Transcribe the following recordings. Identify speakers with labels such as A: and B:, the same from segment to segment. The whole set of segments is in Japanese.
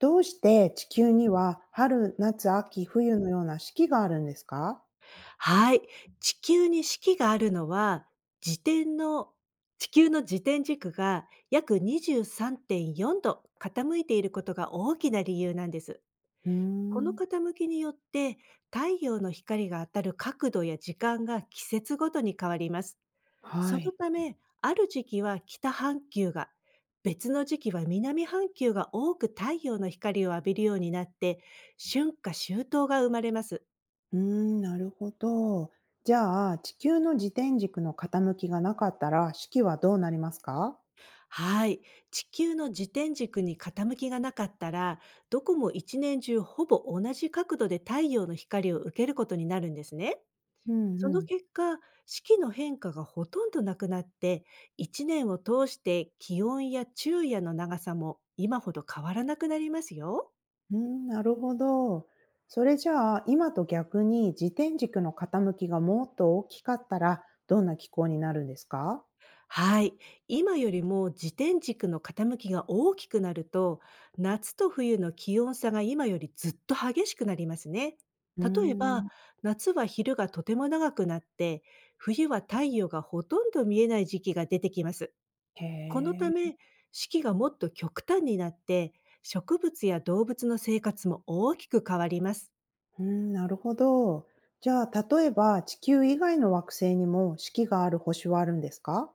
A: どうして地球には春、夏、秋、冬のような四季があるんですか？
B: はい。地球に四季があるのは、自転の地球の自転軸が約23.4度傾いていることが大きな理由なんです。
A: うー
B: この
A: ん、
B: 傾きによって太陽の光が当たる角度や時間が季節ごとに変わります。そ
A: は
B: の
A: い。
B: ため、ある時期は北半球が、別の時期は南半球が多く太陽の光を浴びるようになって、春夏秋冬が生まれます。
A: うーん、なるほど。じゃあ、地球の自転軸の傾きがなかったら四季はどうなりますか？
B: はい。地球の自転軸に傾きがなかったら、どこも一年中ほぼ同じ角度で太陽の光を受けることになるんですね。
A: うん
B: そ
A: う
B: の
A: ん。
B: 結果、四季の変化がほとんどなくなって、一年を通して気温や昼夜の長さも今ほど変わらなくなりますよ。
A: うーん、なるほど。それじゃあ、今と逆に自転軸の傾きがもっと大きかったらどんな気候になるんですか？
B: はい。今よりも自転軸の傾きが大きくなると、夏と冬の気温差が今よりずっと激しくなりますね。
A: うー
B: 例えば、
A: ん。
B: 夏は昼がとても長くなって、冬は太陽がほとんど見えない時期が出てきます。
A: へ
B: このた
A: え。
B: め、四季がもっと極端になって、植物や動物の生活も大きく変わります。
A: うん、なるほど。じゃあ、例えば地球以外の惑星にも四季がある星はあるんですか？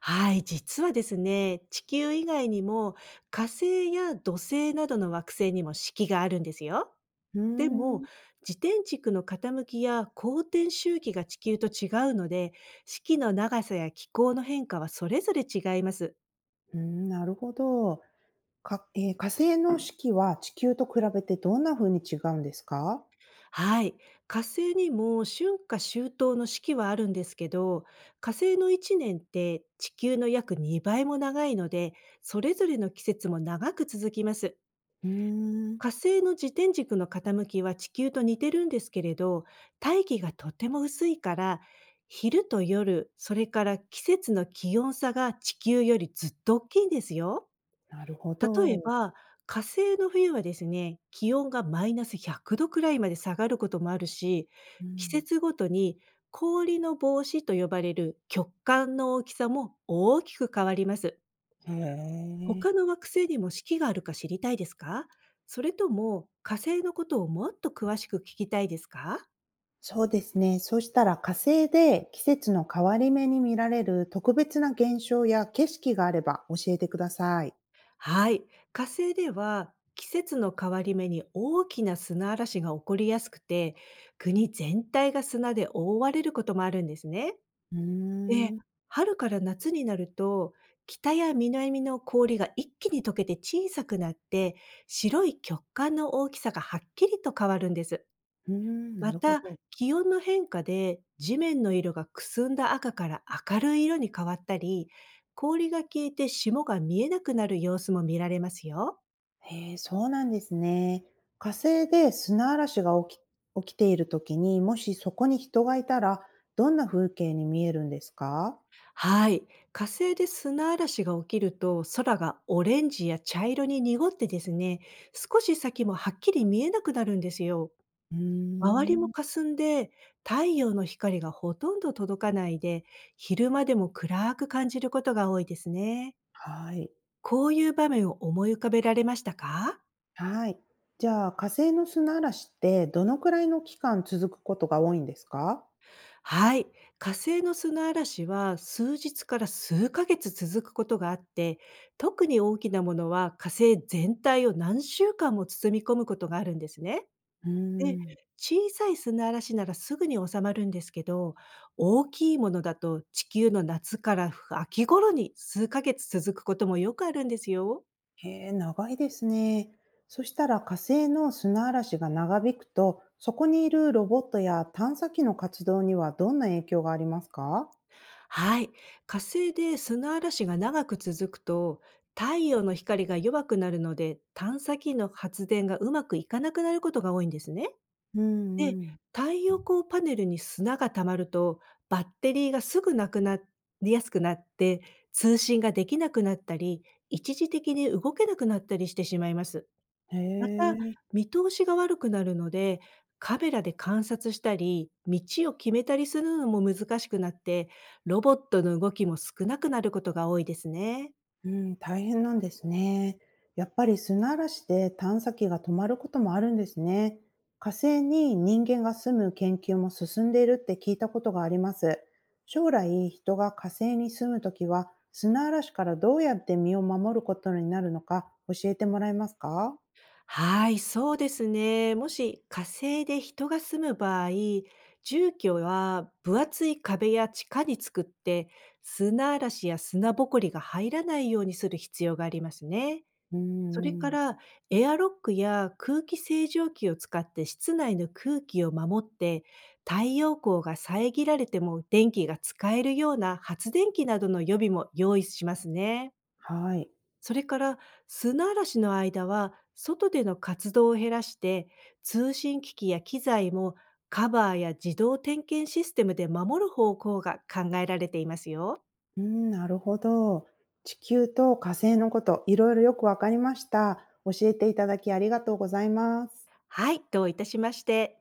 B: はい、実はですね、地球以外にも火星や土星などの惑星にも四季があるんですよ。
A: うー
B: でも、
A: ん、
B: 自転軸の傾きや公転周期が地球と違うので、四季の長さや気候の変化はそれぞれ違います。
A: うーん、なるほど。かえー火星の四季は地球と比べてどんな風に違うんですか？
B: はい。火星にも春夏秋冬の四季はあるんですけど、火星の一年って地球の約2倍も長いので、それぞれの季節も長く続きます。
A: うーん、
B: 火星の自転軸の傾きは地球と似てるんですけれど、大気がとても薄いから、昼と夜、それから季節の気温差が地球よりずっと大きいんですよ。
A: なるほ
B: 例え
A: ど。
B: ば、火星の冬はですね、気温がマイナス100度くらいまで下がることもあるし、
A: う
B: 季
A: ん、
B: 節ごとに氷の帽子と呼ばれる極寒の大きさも大きく変わります。
A: へえ。
B: 他の惑星にも四季があるか知りたいですか？それとも火星のことをもっと詳しく聞きたいですか？
A: そうですね。そうしたら火星で季節の変わり目に見られる特別な現象や景色があれば教えてください。
B: はい。火星では季節の変わり目に大きな砂嵐が起こりやすくて、国全体が砂で覆われることもあるんですね。
A: うー
B: で、
A: ん、
B: 春から夏になると、北や南の氷が一気に溶けて小さくなって、白い極寒の大きさがはっきりと変わるんです。
A: うーん、な
B: ま
A: るほ
B: た、
A: ど。
B: 気温の変化で地面の色がくすんだ赤から明るい色に変わったり、氷が消えて霜が見えなくなる様子も見られますよ。
A: へえ、そうなんですね。火星で砂嵐が起き起きている時に、もしそこに人がいたら、どんな風景に見えるんですか？
B: はい。火星で砂嵐が起きると空がオレンジや茶色に濁ってですね、少し先もはっきり見えなくなるんですよ。
A: うー
B: 周りも
A: ん。
B: 霞んで太陽の光がほとんど届かないで昼間でも暗く感じることが多いですね。
A: はい。
B: こういう場面を思い浮かべられましたか？
A: はい。じゃあ、火星の砂嵐ってどのくらいの期間続くことが多いんですか？
B: はい。火星の砂嵐は数日から数ヶ月続くことがあって、特に大きなものは火星全体を何週間も包み込むことがあるんですね。
A: うー
B: で、
A: ん。
B: 小さい砂嵐ならすぐに収まるんですけど、大きいものだと地球の夏から秋頃に数ヶ月続くこともよくあるんですよ。
A: へえ、長いですね。そしたら火星の砂嵐が長引くと、そこにいるロボットや探査機の活動にはどんな影響がありますか？
B: はい。火星で砂嵐が長く続くと、太陽の光が弱くなるので、探査機の発電がうまくいかなくなることが多いんですね。
A: うん
B: で、
A: うん。
B: 太陽光パネルに砂が溜まると、バッテリーがすぐなくなりやすくなって、通信ができなくなったり、一時的に動けなくなったりしてしまいます。
A: へ
B: また、
A: え、
B: 見通しが悪くなるので、カメラで観察したり、道を決めたりするのも難しくなって、ロボットの動きも少なくなることが多いですね。
A: うん、大変なんですね。やっぱり砂嵐で探査機が止まることもあるんですね。火星に人間が住む研究も進んでいるって聞いたことがあります。将来、人が火星に住むときは、砂嵐からどうやって身を守ることになるのか教えてもらえますか？
B: はい、そうですね。もし火星で人が住む場合、住居は分厚い壁や地下に作って、砂嵐や砂ぼこりが入らないようにする必要がありますね。
A: う
B: それ
A: ん、う
B: か
A: ん、
B: らエアロックや空気清浄機を使って室内の空気を守って、太陽光が遮られても電気が使えるような発電機などの予備も用意しますね。
A: はい。
B: それから砂嵐の間は外での活動を減らして、通信機器や機材もカバーや自動点検システムで守る方向が考えられていますよ。
A: うん、なるほど。地球と火星のこと、いろいろよくわかりました。教えていただきありがとうございます。
B: はい、どういたしまして。